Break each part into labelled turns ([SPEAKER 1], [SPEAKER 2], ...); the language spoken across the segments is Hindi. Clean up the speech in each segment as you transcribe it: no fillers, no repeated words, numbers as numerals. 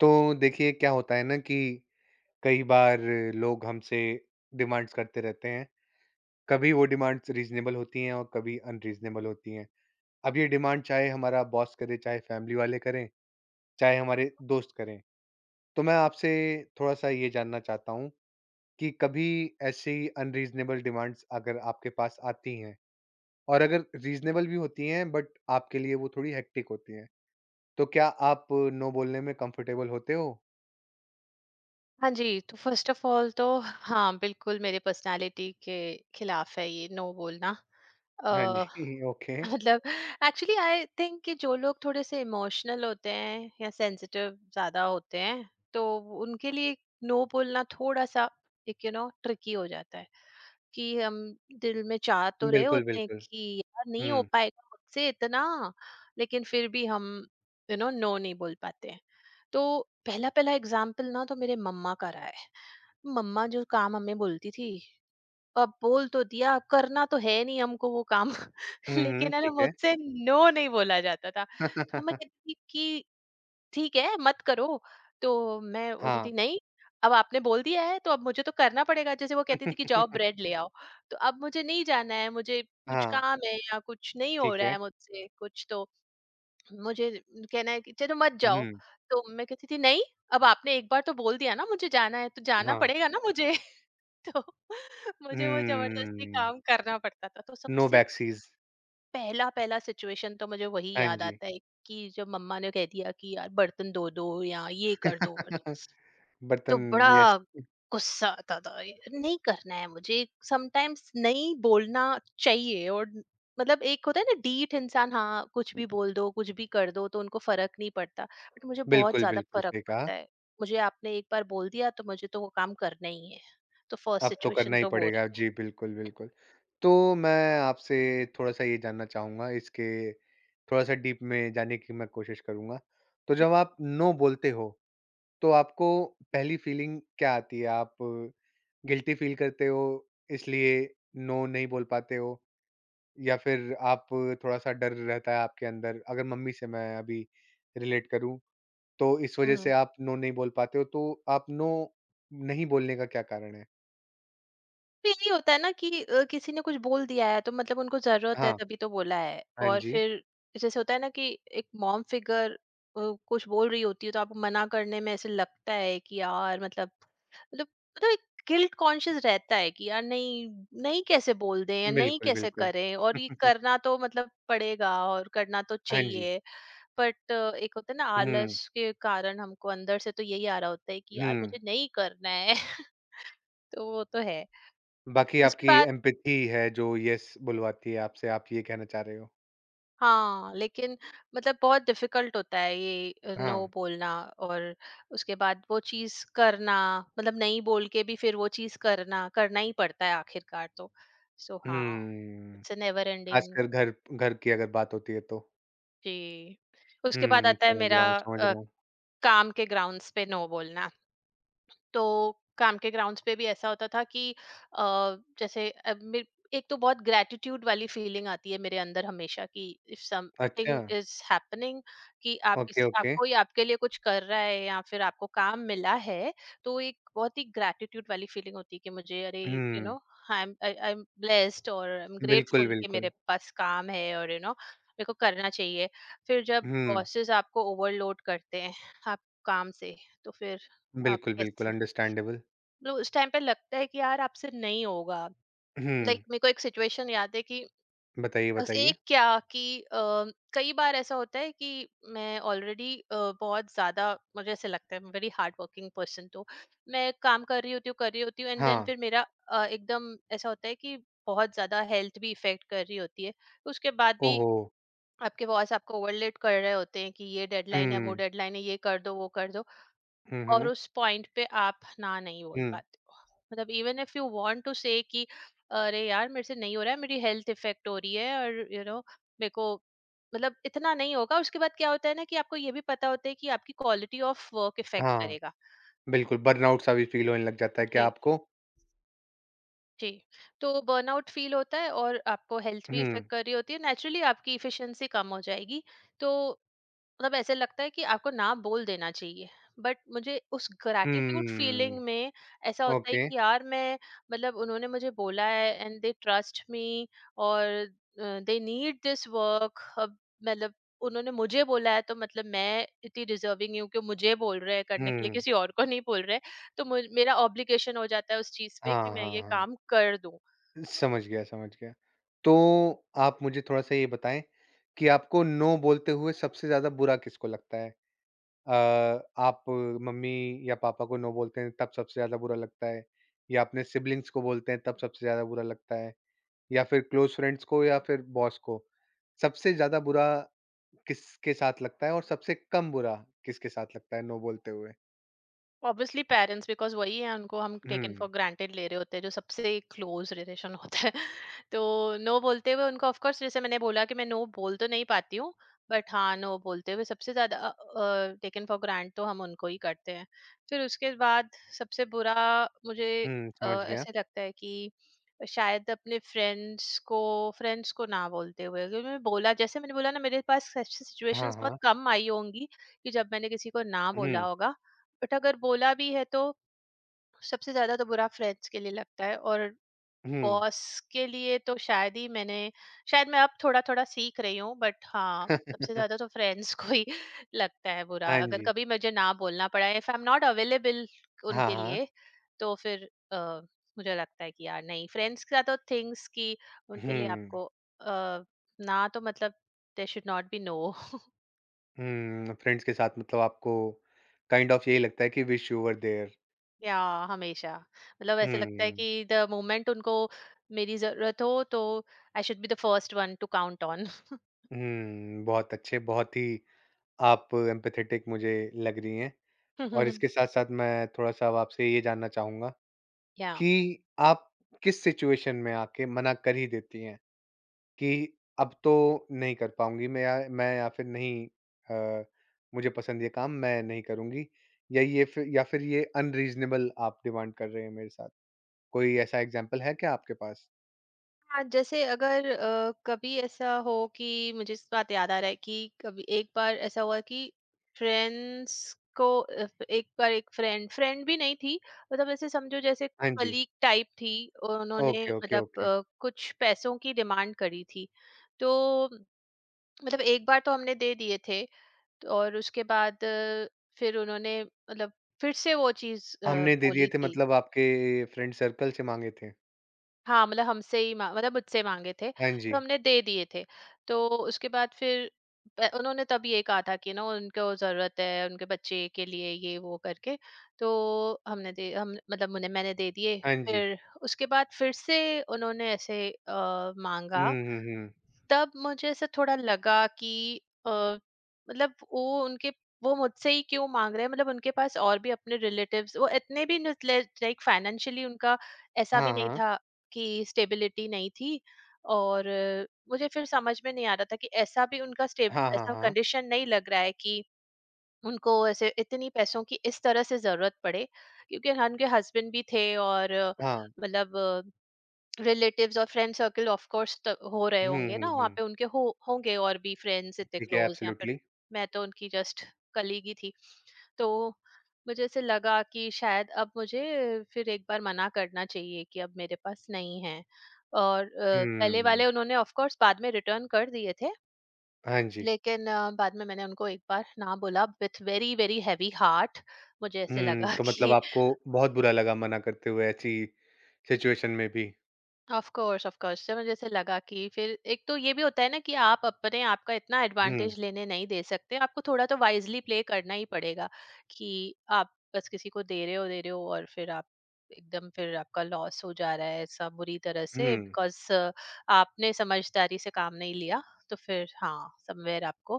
[SPEAKER 1] तो देखिए क्या होता है ना कि कई बार लोग हमसे डिमांड्स करते रहते हैं। कभी वो डिमांड्स रीजनेबल होती हैं और कभी अनरीजनेबल होती हैं। अब ये डिमांड चाहे हमारा बॉस करे, चाहे फैमिली वाले करें, चाहे हमारे दोस्त करें, तो मैं आपसे थोड़ा सा ये जानना चाहता हूँ कि कभी ऐसी अनरीजनेबल डिमांड्स अगर आपके पास आती हैं, और अगर रीजनेबल भी होती हैं बट आपके लिए वो थोड़ी हेक्टिक होती हैं, तो क्या आप नो बोलने में कंफर्टेबल होते हो?
[SPEAKER 2] हाँ जी, तो फ़र्स्ट ऑफ़ ऑल तो हाँ, बिल्कुल मेरे पर्सनैलिटी के खिलाफ़ है ये नो बोलना।
[SPEAKER 1] हाँ
[SPEAKER 2] अ
[SPEAKER 1] जी। ओके।
[SPEAKER 2] मतलब एक्चुअली आई थिंक कि जो लोग थोड़े से इमोशनल होते हैं या सेंसिटिव ज्यादा होते हैं तो उनके लिए नो बोलना थोड़ा सा एक ट्रिकी हो जाता है कि हम दिल में चाह तो रहे
[SPEAKER 1] बिल्कुल,
[SPEAKER 2] होते हैं
[SPEAKER 1] बिल्कुल।
[SPEAKER 2] कि यार नहीं हो
[SPEAKER 1] हुँ।
[SPEAKER 2] पाएगा मुझसे इतना। लेकिन फिर भी हम नो नहीं बोल पाते हैं। तो पहला पहला एग्जाम्पल ना तो मेरे मम्मा का रहा है। मम्मा जो काम हमें बोलती थी, अब बोल तो दिया, अब करना तो है नहीं हमको वो काम
[SPEAKER 1] हुँ, हुँ,
[SPEAKER 2] लेकिन है ना,
[SPEAKER 1] ठीक है।
[SPEAKER 2] मुझसे नो नहीं बोला जाता था। तो मम्मा कहती थी कि ठीक है मत करो, तो मैं बोलती थी
[SPEAKER 1] हाँ।
[SPEAKER 2] नहीं, अब आपने बोल दिया है तो अब मुझे तो करना पड़ेगा। जैसे वो कहती थी कि जाओ ब्रेड ले आओ, तो अब मुझे नहीं जाना है, मुझे कुछ
[SPEAKER 1] हाँ,
[SPEAKER 2] काम है या कुछ नहीं हो
[SPEAKER 1] ठीक
[SPEAKER 2] रहा
[SPEAKER 1] है।
[SPEAKER 2] है मुझसे कुछ, तो मुझे कहना है कि चलो मत जाओ।
[SPEAKER 1] हुँ,
[SPEAKER 2] तो मैं कहती थी नहीं, अब आपने एक बार तो बोल दिया ना मुझे जाना है, तो जाना
[SPEAKER 1] हाँ।
[SPEAKER 2] पड़ेगा ना मुझे। तो मुझे वो जबरदस्ती
[SPEAKER 1] हम्म,
[SPEAKER 2] काम करना पड़ता था। तो
[SPEAKER 1] नो
[SPEAKER 2] सबसे
[SPEAKER 1] बैकसीज़।
[SPEAKER 2] पहला पहला सिचुएशन तो मुझे वही
[SPEAKER 1] हाँ
[SPEAKER 2] याद
[SPEAKER 1] जी।
[SPEAKER 2] आता है कि जब मम्मा ने कह दिया कि यार बर्तन धो दो या ये कर दो कर दो। तो
[SPEAKER 1] बर्तन। यस,
[SPEAKER 2] बड़ा गुस्सा आता था, ये नहीं करना है मुझे। समटाइम्स नहीं बोलना चाहिए और मतलब एक होता है ना डीठ इंसान, हाँ कुछ भी बोल दो कुछ भी कर दो तो उनको फर्क नहीं पड़ता, बट मुझे बहुत
[SPEAKER 1] बिल्कुल,
[SPEAKER 2] ज्यादा
[SPEAKER 1] बिल्कुल
[SPEAKER 2] फर्क
[SPEAKER 1] सही कहा।
[SPEAKER 2] पड़ता है। मुझे आपने एक बार बोल दिया तो मुझे तो वो काम करना ही है। तो फर्स्ट
[SPEAKER 1] अब तो करना
[SPEAKER 2] सिचुएशन
[SPEAKER 1] ही
[SPEAKER 2] तो वो
[SPEAKER 1] पड़ेगा।
[SPEAKER 2] रही।
[SPEAKER 1] जी, बिल्कुल, बिल्कुल। तो मैं आपसे थोड़ा-सा ये जानना चाहूँगा, इसके थोड़ा-सा डीप में जाने की मैं कोशिश करूँगा। तो जब आप नो बोलते हो, तो आपको पहली फीलिंग क्या आती है? आप गिल्टी फ़ील करते हो इसलिए नो नहीं बोल पाते हो, या फिर आप, थोड़ा-सा डर रहता है आपके अंदर अगर मम्मी से मैं अभी रिलेट करूँ, तो इस वज़ह से
[SPEAKER 2] हम्म,
[SPEAKER 1] आप नो नहीं बोल पाते हो, तो आप नो नहीं बोलने का क्या कारण है?
[SPEAKER 2] तो यही होता है ना कि किसी ने कुछ बोल दिया है तो मतलब उनको जरूरत है
[SPEAKER 1] हाँ,
[SPEAKER 2] तभी तो बोला है।
[SPEAKER 1] हाँ
[SPEAKER 2] और
[SPEAKER 1] जी।
[SPEAKER 2] फिर जैसे होता है ना कि एक मॉम फिगर कुछ बोल रही होती है तो आपको मना करने में ऐसे लगता है कि यार मतलब, मतलब मतलब एक गिल्ट कॉन्शियस रहता है कि यार नहीं, नहीं कैसे बोल दें या नहीं
[SPEAKER 1] बिल्कुल,
[SPEAKER 2] कैसे
[SPEAKER 1] बिल्कुल।
[SPEAKER 2] करें, और ये करना तो मतलब पड़ेगा और करना तो
[SPEAKER 1] हाँ जी।
[SPEAKER 2] चाहिए। बट एक होता है ना
[SPEAKER 1] हुँ,
[SPEAKER 2] आलस के कारण हमको अंदर से तो यही आ रहा होता है कि
[SPEAKER 1] हुँ।
[SPEAKER 2] यार मुझे नहीं करना है तो वो तो है।
[SPEAKER 1] बाकी
[SPEAKER 2] उसके
[SPEAKER 1] आपकी
[SPEAKER 2] बाद
[SPEAKER 1] एम्पैथी है जो येस बुलवाती है आपसे, आप ये कहना चाह रहे हो।
[SPEAKER 2] हाँ, लेकिन मतलब बहुत डिफिकल्ट होता है ये नो
[SPEAKER 1] हाँ।
[SPEAKER 2] बोलना। और उसके बाद वो चीज़ करना, मतलब नहीं बोल के भी फिर वो चीज़ करना, करना ही पड़ता है आखिरकार तो। सो हाँ,
[SPEAKER 1] हुँ।
[SPEAKER 2] It's a never ending.
[SPEAKER 1] खासकर घर घर की अगर बात होती है तो।
[SPEAKER 2] जी। उसके बाद
[SPEAKER 1] हुँ,
[SPEAKER 2] आता है
[SPEAKER 1] समझ
[SPEAKER 2] मेरा
[SPEAKER 1] रहा हूँ, समझ रहा हूँ।
[SPEAKER 2] काम के ग्राउंड्स पे नो बोलना। तो काम के ग्राउंड्स पे भी ऐसा होता था कि अ, जैसे अ, मे- एक तो बहुत ग्रेटिट्यूड वाली फीलिंग आती है मेरे अंदर हमेशा कि इफ
[SPEAKER 1] अच्छा,
[SPEAKER 2] समथिंग इज हैपनिंग, कि आप
[SPEAKER 1] ओके,
[SPEAKER 2] किसी
[SPEAKER 1] ओके।
[SPEAKER 2] आपको ही आपके लिए कुछ कर रहा है या फिर आपको काम मिला है, तो एक बहुत ही ग्रेटिट्यूड वाली फीलिंग होती है कि मुझे अरे यू
[SPEAKER 1] हुँ,
[SPEAKER 2] नो आई एम ब्लेस्ड और आई एम
[SPEAKER 1] बिल्कुल,
[SPEAKER 2] ग्रेटफुल कि
[SPEAKER 1] बिल्कुल।
[SPEAKER 2] मेरे पास काम है और यू नो मेरे को करना चाहिए। फिर जब
[SPEAKER 1] हुँ,
[SPEAKER 2] बॉसेस आपको ओवरलोड करते हैं आप काम से, तो फिर आप
[SPEAKER 1] बिल्कुल, बिल्कुल
[SPEAKER 2] कैसे,
[SPEAKER 1] अंडरस्टैंडेबल।
[SPEAKER 2] तो उस टाइम पे लगता है कि यार आपसे नहीं होगा।
[SPEAKER 1] हुँ,
[SPEAKER 2] मेरे को एक सिचुएशन याद है कि
[SPEAKER 1] बताइए,
[SPEAKER 2] बस
[SPEAKER 1] बताइए।
[SPEAKER 2] एक क्या कि कई बार ऐसा होता है कि मैं ऑलरेडी बहुत ज्यादा, मुझे ऐसे लगता है मैं वेरी हार्ड वर्किंग पर्सन, तो मैं काम कर रही होती हूँ कर रही होती हूँ एंड देन
[SPEAKER 1] हाँ,
[SPEAKER 2] फिर मेरा एकदम ऐसा होता है कि बहुत ज्यादा हेल्थ भी इफेक्ट कर रही होती है। उसके बाद भी
[SPEAKER 1] ओहो!
[SPEAKER 2] आपके बॉस आपको ओवरलेट कर रहे होते हैं कि ये डेडलाइन है वो
[SPEAKER 1] हुँ,
[SPEAKER 2] डेडलाइन है ये कर दो वो कर दो,
[SPEAKER 1] हुँ,
[SPEAKER 2] और
[SPEAKER 1] हुँ,
[SPEAKER 2] उस पॉइंट पे आप ना नहीं बोल
[SPEAKER 1] हुँ।
[SPEAKER 2] पाते हो। मतलब even if you want to say कि अरे यार मेरे से नहीं हो रहा है, मेरी हेल्थ इफेक्ट हो रही है और यू you नो know, मेरे को, मतलब इतना नहीं होगा। उसके बाद क्या होता है ना कि आपको ये भी पता होता है कि आपकी क्वालिटी ऑफ वर्क इफेक्ट
[SPEAKER 1] हाँ,
[SPEAKER 2] करेगा।
[SPEAKER 1] बिल्कुल बर्नआउट सा भी फ़ील होने लग जाता है क्या
[SPEAKER 2] जी,
[SPEAKER 1] आपको?
[SPEAKER 2] जी, तो बर्नआउट फील होता है और आपको हेल्थ भी
[SPEAKER 1] हुँ,
[SPEAKER 2] इफेक्ट कर रही होती है, नेचुरली आपकी इफिशिएंसी कम हो जाएगी। तो मतलब ऐसे लगता है कि आपको ना बोल देना चाहिए, बट मुझे उस ग्रैटिट्यूड फीलिंग
[SPEAKER 1] हुँ,
[SPEAKER 2] में ऐसा होता है
[SPEAKER 1] ओके।
[SPEAKER 2] कि यार मैं, मतलब उन्होंने मुझे बोला है एंड दे ट्रस्ट मी, और दे नीड दिस वर्क, अब मतलब उन्होंने मुझे बोला है तो मतलब मैं इतनी डिजर्विंग हूँ कि मुझे बोल रहे हैं करने के लिए,
[SPEAKER 1] हुँ,
[SPEAKER 2] किसी और को नहीं बोल रहे, तो मेरा ऑब्लिगेशन हो जाता है उस चीज पे
[SPEAKER 1] हाँ,
[SPEAKER 2] कि मैं
[SPEAKER 1] हाँ,
[SPEAKER 2] ये
[SPEAKER 1] हाँ।
[SPEAKER 2] काम कर दूं।
[SPEAKER 1] समझ गया, समझ गया। तो आप मुझे थोड़ा-सा ये बताएँ कि आपको नो बोलते हुए सबसे ज़्यादा बुरा किसको लगता है? अ, आप मम्मी या पापा को नो बोलते हैं तब सबसे ज़्यादा बुरा लगता है, या अपने सिब्लिंग्स को बोलते हैं तब सबसे ज़्यादा बुरा लगता है, या फिर क्लोज़ फ्रेंड्स को, या फिर बॉस को? सबसे ज़्यादा बुरा किसके साथ लगता है और सबसे कम बुरा किसके साथ लगता है नो बोलते हुए?
[SPEAKER 2] ऑब्वियसली पेरेंट्स, बिकॉज वही है उनको हम टेकन
[SPEAKER 1] हुँ।
[SPEAKER 2] फॉर ग्रांटेड ले रहे होते हैं, जो सबसे क्लोज रिलेशन होता है तो नो बोलते हुए उनको ऑफ कोर्स, जैसे मैंने बोला कि मैं नो बोल तो नहीं पाती हूँ, बट हाँ नो बोलते हुए सबसे ज्यादा टेकन फॉर ग्रांट तो हम उनको ही करते हैं। फिर उसके बाद सबसे बुरा मुझे
[SPEAKER 1] हुँ, समझ गया।
[SPEAKER 2] ऐसे लगता है कि शायद अपने फ्रेंड्स को, फ्रेंड्स को ना बोलते हुए, क्योंकि मैं बोला जैसे मैंने बोला ना मेरे पास ऐसी
[SPEAKER 1] हाँ,
[SPEAKER 2] सिचुएशंस बहुत
[SPEAKER 1] हाँ।
[SPEAKER 2] कम आई होंगी कि जब मैंने किसी को ना बोला
[SPEAKER 1] हुँ,
[SPEAKER 2] होगा, बट अगर बोला भी है तो सबसे ज्यादा तो बुरा फ्रेंड्स के लिए लगता है। और
[SPEAKER 1] हुँ।
[SPEAKER 2] बॉस के लिए तो शायद ही मैंने, शायद मैं अब थोड़ा थोड़ा सीख रही हूँ, बट हाँ सबसे ज्यादा तो फ्रेंड्स को ही लगता है बुरा,
[SPEAKER 1] हाँ
[SPEAKER 2] अगर
[SPEAKER 1] जी।
[SPEAKER 2] कभी मुझे ना बोलना पड़ा if I am not available
[SPEAKER 1] हाँ,
[SPEAKER 2] उनके
[SPEAKER 1] हाँ।
[SPEAKER 2] लिए। तो फिर मुझे लगता है कि यार नहीं, फ्रेंड्स के साथ तो थिंग्स की, उनके लिए
[SPEAKER 1] हुँ,
[SPEAKER 2] आपको अ, ना, तो मतलब they should not be no.
[SPEAKER 1] हुँ, फ्रेंड्स के साथ मतलब आपको काइंड ऑफ यही लगता है कि विश यू वर देयर।
[SPEAKER 2] या हमेशा मतलब ऐसे लगता है
[SPEAKER 1] हुँ,
[SPEAKER 2] कि द मोमेंट उनको मेरी जरूरत हो तो I should be the first one to count on.
[SPEAKER 1] हुँ, बहुत अच्छे, बहुत ही आप एम्पैथेटिक मुझे लग रही हैं। और इसके साथ-साथ मैं थोड़ा-सा अब आपसे ये जानना चाहूँगा
[SPEAKER 2] या
[SPEAKER 1] कि आप किस सिचुएशन में आके मना कर ही देती हैं कि अब तो नहीं कर पाऊँगी मैं या फिर नहीं, अ, मुझे पसंद ये काम मैं नहीं करूँगी, या फिर ये अनरीज़नेबल आप डिमांड कर रहे हैं मेरे साथ? कोई ऐसा एग्ज़ाम्पल है क्या आपके पास?
[SPEAKER 2] हाँ, जैसे अगर कभी ऐसा हो कि मुझे इस बात याद आ रहा है कि कभी एक बार ऐसा हुआ कि फ्रेंड्स को एक बार एक फ्रेंड फ्रेंड भी नहीं थी, मतलब ऐसे समझो जैसे
[SPEAKER 1] हाँ जी।
[SPEAKER 2] कलीग टाइप थी। उन्होंने
[SPEAKER 1] ओके, ओके,
[SPEAKER 2] मतलब
[SPEAKER 1] ओके।
[SPEAKER 2] कुछ पैसों की डिमांड करी थी। तो मतलब एक बार तो हमने दे दिए थे और उसके बाद फिर उन्होंने मतलब फिर से वो चीज़
[SPEAKER 1] हमने दे दिए
[SPEAKER 2] बोली
[SPEAKER 1] थे
[SPEAKER 2] थी।
[SPEAKER 1] मतलब आपके फ्रेंड सर्कल से माँगे थे।
[SPEAKER 2] हाँ, मतलब हमसे ही मा, मतलब मुझसे माँगे थे,
[SPEAKER 1] हाँ जी,
[SPEAKER 2] तो हमने दे दिए थे। तो उसके बाद फिर प उन्होंने तब ये कहा था कि ना उनको ज़रूरत है, उनके बच्चे के लिए ये वो करके, तो हमने दे हम मतलब मैंने मैंने दे दिए।
[SPEAKER 1] हाँ जी।
[SPEAKER 2] फिर उसके बाद फिर से उन्होंने ऐसे माँगा।
[SPEAKER 1] हुँ, हुँ, हुँ।
[SPEAKER 2] तब मुझे ऐसे थोड़ा लगा कि अ, मतलब वो उनके, वो मुझसे ही क्यों मांग रहे हैं, मतलब उनके पास और भी अपने रिलेटिव्स, वो इतने भी, लाइक फाइनेंशियली उनका ऐसा
[SPEAKER 1] हाँ,
[SPEAKER 2] भी नहीं
[SPEAKER 1] हाँ।
[SPEAKER 2] था कि स्टेबिलिटी नहीं थी। और मुझे फिर समझ में नहीं आ रहा था कि ऐसा भी उनका स्टेब
[SPEAKER 1] हाँ, हाँ,
[SPEAKER 2] ऐसा
[SPEAKER 1] हाँ।
[SPEAKER 2] कंडीशन नहीं लग रहा है कि उनको ऐसे इतनी पैसों की इस तरह से जरूरत पड़े। क्योंकि हाँ, उनके हस्बैंड भी थे और
[SPEAKER 1] हाँ।
[SPEAKER 2] मतलब रिलेटिव्स और फ्रेंड सर्कल ऑफ कोर्स हो रहे
[SPEAKER 1] हुँ,
[SPEAKER 2] होंगे ना
[SPEAKER 1] हुँ,
[SPEAKER 2] वहाँ
[SPEAKER 1] हुँ।
[SPEAKER 2] पे उनके, हो होंगे और भी फ्रेंड्स इतने
[SPEAKER 1] ठीक है,
[SPEAKER 2] क्लोज, या फिर
[SPEAKER 1] एब्सोल्युटली।
[SPEAKER 2] मैं तो उनकी जस्ट कलीग ही थी। तो मुझे ऐसे लगा कि शायद अब मुझे फिर एक बार मना करना चाहिए कि अब मेरे पास नहीं है। और पहले
[SPEAKER 1] हुँ।
[SPEAKER 2] वाले उन्होंने ऑफ कोर्स बाद में रिटर्न कर दिए थे,
[SPEAKER 1] हाँ जी।
[SPEAKER 2] लेकिन बाद में मैंने उनको एक बार ना बोला with very very heavy heart. मुझे ऐसे
[SPEAKER 1] हुँ,
[SPEAKER 2] लगा
[SPEAKER 1] तो मतलब
[SPEAKER 2] कि
[SPEAKER 1] आपको बहुत बुरा लगा मना करते हुए ऐसी सिचुएशन में भी।
[SPEAKER 2] ऑफ कोर्स, ऑफ कोर्स, तो मुझे ऐसे लगा कि फिर एक तो ये भी होता है ना कि आप अपने आप का इतना
[SPEAKER 1] हुँ,
[SPEAKER 2] एडवांटेज लेने नहीं दे सकते, आपको थोड़ा तो वाइजली प्ले करना ही पड़ेगा कि आप बस किसी को दे रहे हो और फिर आप एकदम फिर आपका लॉस हो जा रहा है ऐसा बुरी तरह से,
[SPEAKER 1] हुँ,
[SPEAKER 2] बिकॉज आपने समझदारी से काम नहीं लिया। तो फिर हाँ समवेयर आपको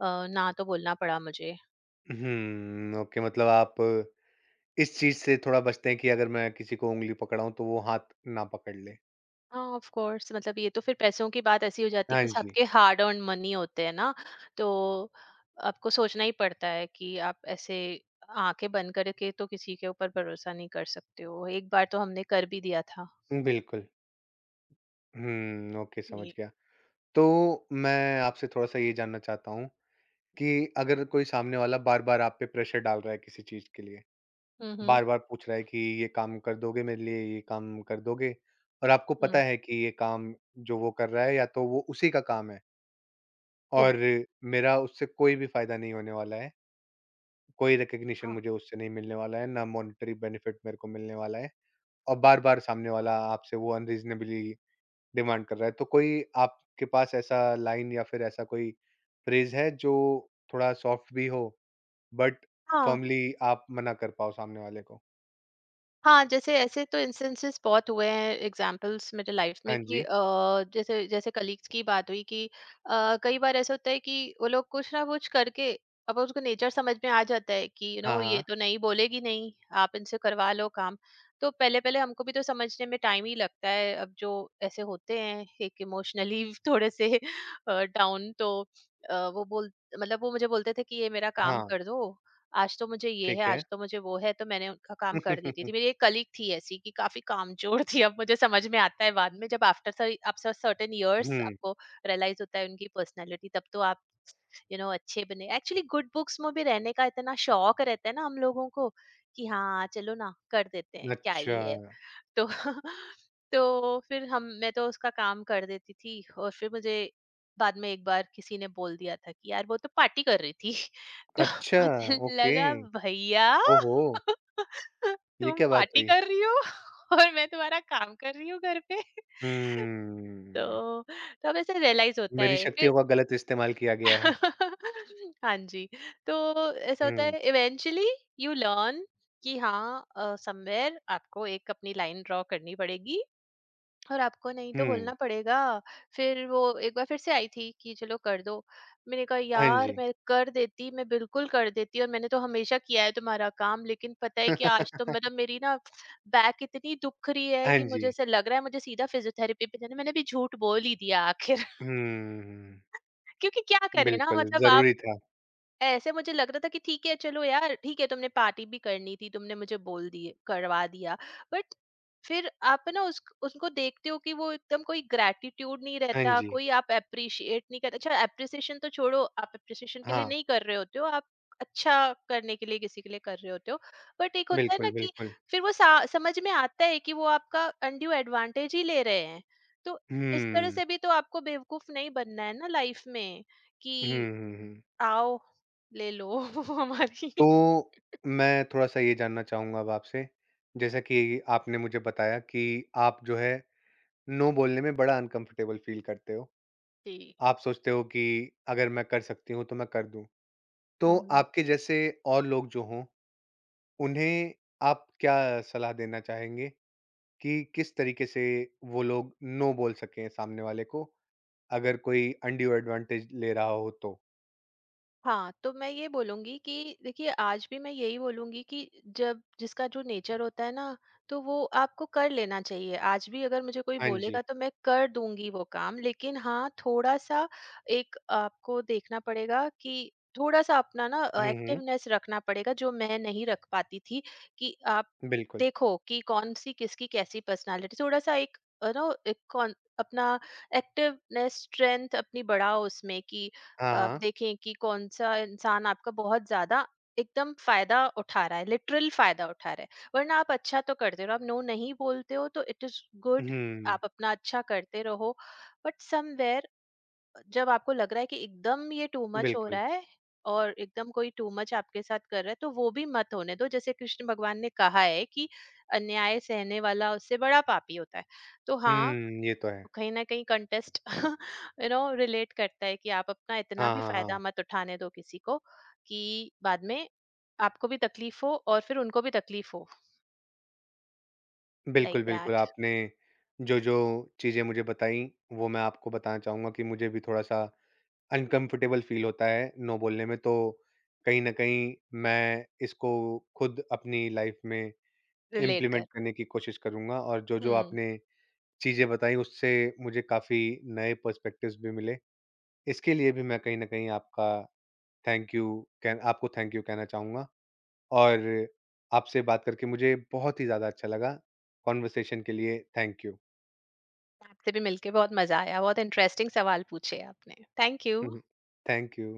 [SPEAKER 2] ना तो बोलना पड़ा मुझे।
[SPEAKER 1] हुँ। ओके, मतलब आप इस चीज़ से थोड़ा बचते हैं कि अगर मैं किसी को ऊँगली पकड़ाऊँ तो वो हाथ ना पकड़ ले।
[SPEAKER 2] हाँ ऑफ कोर्स, मतलब ये तो फिर पैसों की बात ऐसी हो जाती है
[SPEAKER 1] हाँ
[SPEAKER 2] कि
[SPEAKER 1] जी।
[SPEAKER 2] सबके हार्ड अर्न मनी होते हैं ना, तो आपको सोचना ही पड़ता है कि आप ऐसे आंखें बंद करके तो किसी के ऊपर भरोसा नहीं कर सकते हो, एक बार तो हमने कर भी दिया था
[SPEAKER 1] बिल्कुल। हुँ, ओके समझ
[SPEAKER 2] कि।
[SPEAKER 1] गया। तो मैं आपसे थोड़ा-सा ये जानना चाहता हूँ कि अगर कोई सामने वाला बार-बार आप पे प्रेशर डाल रहा है किसी चीज़ के लिए,
[SPEAKER 2] हम्म,
[SPEAKER 1] बार-बार पूछ रहा है कि ये काम कर दोगे मेरे लिए, ये काम कर दोगे? और आपको पता
[SPEAKER 2] हम्म,
[SPEAKER 1] है कि ये काम जो वो कर रहा है या तो वो उसी का काम है, और मेरा उससे कोई भी फ़ायदा नहीं होने वाला है, कोई रिकॉग्निशन
[SPEAKER 2] हाँ
[SPEAKER 1] मुझे उससे नहीं मिलने वाला है, ना मॉनेटरी बेनिफिट मेरे को मिलने वाला है, और बार-बार सामने वाला आपसे वो अनरीज़नेबली डिमांड कर रहा है। तो कोई आपके पास ऐसा लाइन या फिर ऐसा कोई फ्रेज़ है जो थोड़ा सॉफ्ट भी हो बट
[SPEAKER 2] हाँ
[SPEAKER 1] फर्मली आप मना कर पाओ सामने वाले को?
[SPEAKER 2] हाँ, जैसे ऐसे तो इंस्टेंसेस बहुत हुए हैं एग्जांपल्स मेरे लाइफ में
[SPEAKER 1] हाँ
[SPEAKER 2] कि
[SPEAKER 1] जी।
[SPEAKER 2] अ, जैसे जैसे कलीग्स की बात हुई कि कई बार ऐसा होता है कि वो लोग कुछ ना कुछ करके, अब उसको नेचर समझ में आ जाता है कि यू
[SPEAKER 1] हाँ,
[SPEAKER 2] नो ये
[SPEAKER 1] हाँ।
[SPEAKER 2] तो नहीं बोलेगी नहीं, आप इनसे करवा लो काम। तो पहले-पहले हमको भी तो समझने में टाइम ही लगता है। अब जो ऐसे होते हैं एक इमोशनली थोड़े से डाउन तो अ, वो बोल मतलब वो मुझे बोलते थे कि ये मेरा काम
[SPEAKER 1] हाँ,
[SPEAKER 2] कर दो, आज तो मुझे ये है,
[SPEAKER 1] ठीक है।
[SPEAKER 2] आज तो मुझे वो है, तो मैंने उनका काम कर देती थी। मेरी एक कलीग थी ऐसी कि काफ़ी कामचोर थी। अब मुझे समझ में आता है बाद में जब आफ्टर सर्टेन इयर्स
[SPEAKER 1] हुँ,
[SPEAKER 2] आपको रियलाइज़ होता है उनकी पर्सनैलिटी, तब तो आप यू नो अच्छे बने। एक्चुअली गुड बुक्स में भी रहने का इतना शौक रहता है ना हम लोगों को कि हाँ, चलो ना कर देते हैं, क्या
[SPEAKER 1] अच्छा।
[SPEAKER 2] ही है। तो तो फिर हम मैं तो उसका काम कर देती थी और फिर मुझे बाद में एक बार किसी ने बोल दिया था कि यार वो तो पार्टी कर रही थी। तो
[SPEAKER 1] अच्छा,
[SPEAKER 2] मुझे
[SPEAKER 1] ओके।
[SPEAKER 2] लगा भैया,
[SPEAKER 1] ओहो! ये
[SPEAKER 2] तुम
[SPEAKER 1] क्या बात
[SPEAKER 2] पार्टी
[SPEAKER 1] हुई?
[SPEAKER 2] कर रही हो और मैं तुम्हारा काम कर रही हूँ घर पे।
[SPEAKER 1] हम्म,
[SPEAKER 2] तो तब ऐसे रियलाइज होता
[SPEAKER 1] मेरी
[SPEAKER 2] है फिर।
[SPEAKER 1] शक्तियों का गलत इस्तेमाल किया गया है।
[SPEAKER 2] हाँ जी। तो ऐसा होता
[SPEAKER 1] हुँ,
[SPEAKER 2] है। इवेंचुअली यू लर्न कि हाँ, समवेयर आपको एक अपनी लाइन ड्रॉ करनी पड़ेगी और आपको नहीं तो
[SPEAKER 1] हुँ।
[SPEAKER 2] बोलना पड़ेगा। फिर वो एक बार फिर से आई थी कि चलो कर दो। मैंने कहा
[SPEAKER 1] हाँ
[SPEAKER 2] यार,
[SPEAKER 1] जी।
[SPEAKER 2] मैं कर देती, मैं बिल्कुल कर देती और मैंने तो हमेशा किया है तुम्हारा काम, लेकिन पता है कि आज तो मतलब मेरी ना बैक इतनी दुख रही है
[SPEAKER 1] हाँ
[SPEAKER 2] कि
[SPEAKER 1] जी।
[SPEAKER 2] मुझे ऐसे लग रहा है मुझे सीधा फिजियोथेरेपी पे जाना है। मैंने भी झूठ बोल ही दिया आखिर।
[SPEAKER 1] हुँ,
[SPEAKER 2] क्योंकि क्या करे ना,
[SPEAKER 1] बिल्कुल,
[SPEAKER 2] मतलब आप,
[SPEAKER 1] ज़रूरी था।
[SPEAKER 2] ऐसे मुझे लग रहा था कि ठीक है चलो यार, ठीक है तुमने पार्टी भी करनी थी, तुमने मुझे बोल दिए, करवा दिया। बट फिर आप ना उस उनको देखते हो कि वो एकदम कोई ग्रैटिट्यूड नहीं
[SPEAKER 1] हाँ
[SPEAKER 2] रहता,
[SPEAKER 1] जी,
[SPEAKER 2] कोई आप अप्रिशिएट नहीं करते। अच्छा अप्रिसिएशन तो छोड़ो, आप अप्रिसिएशन के लिए
[SPEAKER 1] हाँ।
[SPEAKER 2] नहीं कर रहे होते हो, आप अच्छा करने के लिए किसी के लिए कर रहे होते हो। बट एक होता है ना
[SPEAKER 1] बिल्कुल,
[SPEAKER 2] कि
[SPEAKER 1] बिल्कुल।
[SPEAKER 2] फिर वो समझ में आता है कि वो आपका अनड्यू एडवांटेज ही ले रहे हैं। तो इस तरह
[SPEAKER 1] हुँ।
[SPEAKER 2] से भी तो आपको बेवकूफ नहीं बनना है ना लाइफ में कि
[SPEAKER 1] हुँ, हुँ, हुँ।
[SPEAKER 2] Sal, lelô, amarim.
[SPEAKER 1] तो मैं थोड़ा-सा ये जानना चाहूँगा अब आपसे, जैसा कि आपने मुझे बताया कि आप जो है नो बोलने में बड़ा अनकम्फ़र्टेबल फ़ील करते हो।
[SPEAKER 2] Sim.
[SPEAKER 1] आप सोचते हो कि अगर मैं कर सकती हूँ तो मैं कर दूँ। तो
[SPEAKER 2] Uhum.
[SPEAKER 1] आपके जैसे और लोग जो हों, उन्हें आप क्या सलाह देना चाहेंगे कि किस तरीके से वो लोग नो बोल सकें सामने वाले को, अगर कोई अनड्यू एडवांटेज ले रहा हो तो?
[SPEAKER 2] हाँ, तो मैं ये बोलूँगी कि देखिए, आज भी मैं यही बोलूँगी कि जब जिसका जो नेचर होता है ना, तो वो आपको कर लेना चाहिए। आज भी अगर मुझे कोई
[SPEAKER 1] हाँ जी।
[SPEAKER 2] बोलेगा तो मैं कर दूँगी वो काम, लेकिन हाँ, थोड़ा-सा एक आपको देखना पड़ेगा कि थोड़ा-सा अपना ना
[SPEAKER 1] हुँ, हुँ।
[SPEAKER 2] एक्टिवनेस रखना पड़ेगा जो मैं नहीं रख पाती थी। कि आप
[SPEAKER 1] बिल्कुल।
[SPEAKER 2] देखो कि कौन-सी किसकी कैसी पर्सनैलिटी, थोड़ा-सा एक अ, नो एक कॉन अपना एक्टिवनेस, स्ट्रेंथ अपनी बढ़ाओ उसमें कि
[SPEAKER 1] हाँ,
[SPEAKER 2] आप
[SPEAKER 1] हाँ।
[SPEAKER 2] देखें कि कौन सा इंसान आपका बहुत ज्यादा एकदम फायदा उठा रहा है, लिटरल फायदा उठा रहा है। वरना आप अच्छा तो करते हो, आप नो नहीं बोलते हो तो इट इज गुड।
[SPEAKER 1] हुँ,
[SPEAKER 2] आप अपना अच्छा करते रहो, बट समवेयर जब आपको लग रहा है कि एकदम ये टू मच हो
[SPEAKER 1] बिल्कुल।
[SPEAKER 2] रहा है और एकदम कोई टू मच आपके साथ कर रहा है तो वो भी मत होने दो। जैसे कृष्ण भगवान ने कहा है कि अन्याय सहने वाला उससे बड़ा पापी होता है। तो हाँ,
[SPEAKER 1] हुँ, ये तो है।
[SPEAKER 2] कहीं ना कहीं कंटेस्ट यू नो रिलेट करता है कि आप अपना इतना
[SPEAKER 1] हाँ,
[SPEAKER 2] भी
[SPEAKER 1] हाँ,
[SPEAKER 2] फायदा
[SPEAKER 1] हाँ।
[SPEAKER 2] मत उठाने दो किसी को कि बाद में आपको भी तकलीफ हो और फिर उनको भी तकलीफ हो। लाइक
[SPEAKER 1] बिल्कुल, बिल्कुल,
[SPEAKER 2] दैट
[SPEAKER 1] आपने जो-जो चीज़ें मुझे बताई, वो मैं आपको बताना चाहूँगा कि मुझे भी थोड़ा-सा अनकम्फ़र्टेबल फ़ील होता है, नो बोलने में, तो कहीं न कहीं मैं इसको खुद अपनी लाइफ़ में
[SPEAKER 2] रिलेट कर।
[SPEAKER 1] इम्प्लीमेंट करने की कोशिश करूँगा, और जो-जो
[SPEAKER 2] हम्म।
[SPEAKER 1] आपने चीज़ें बताई, उससे मुझे काफ़ी नए पर्सपेक्टिव्स भी मिले। इसके लिए भी मैं कहीं न कहीं आपका थैंक यू कह आपको थैंक यू कहना चाहूँगा। और आपसे बात करके मुझे बहुत ही ज़्यादा अच्छा लगा। कॉन्वर्सेशन के लिए थैंक यू।
[SPEAKER 2] आपसे भी मिलके बहुत मजा आया, बहुत इंटरेस्टिंग सवाल पूछे आपने। Thank you.
[SPEAKER 1] Thank you.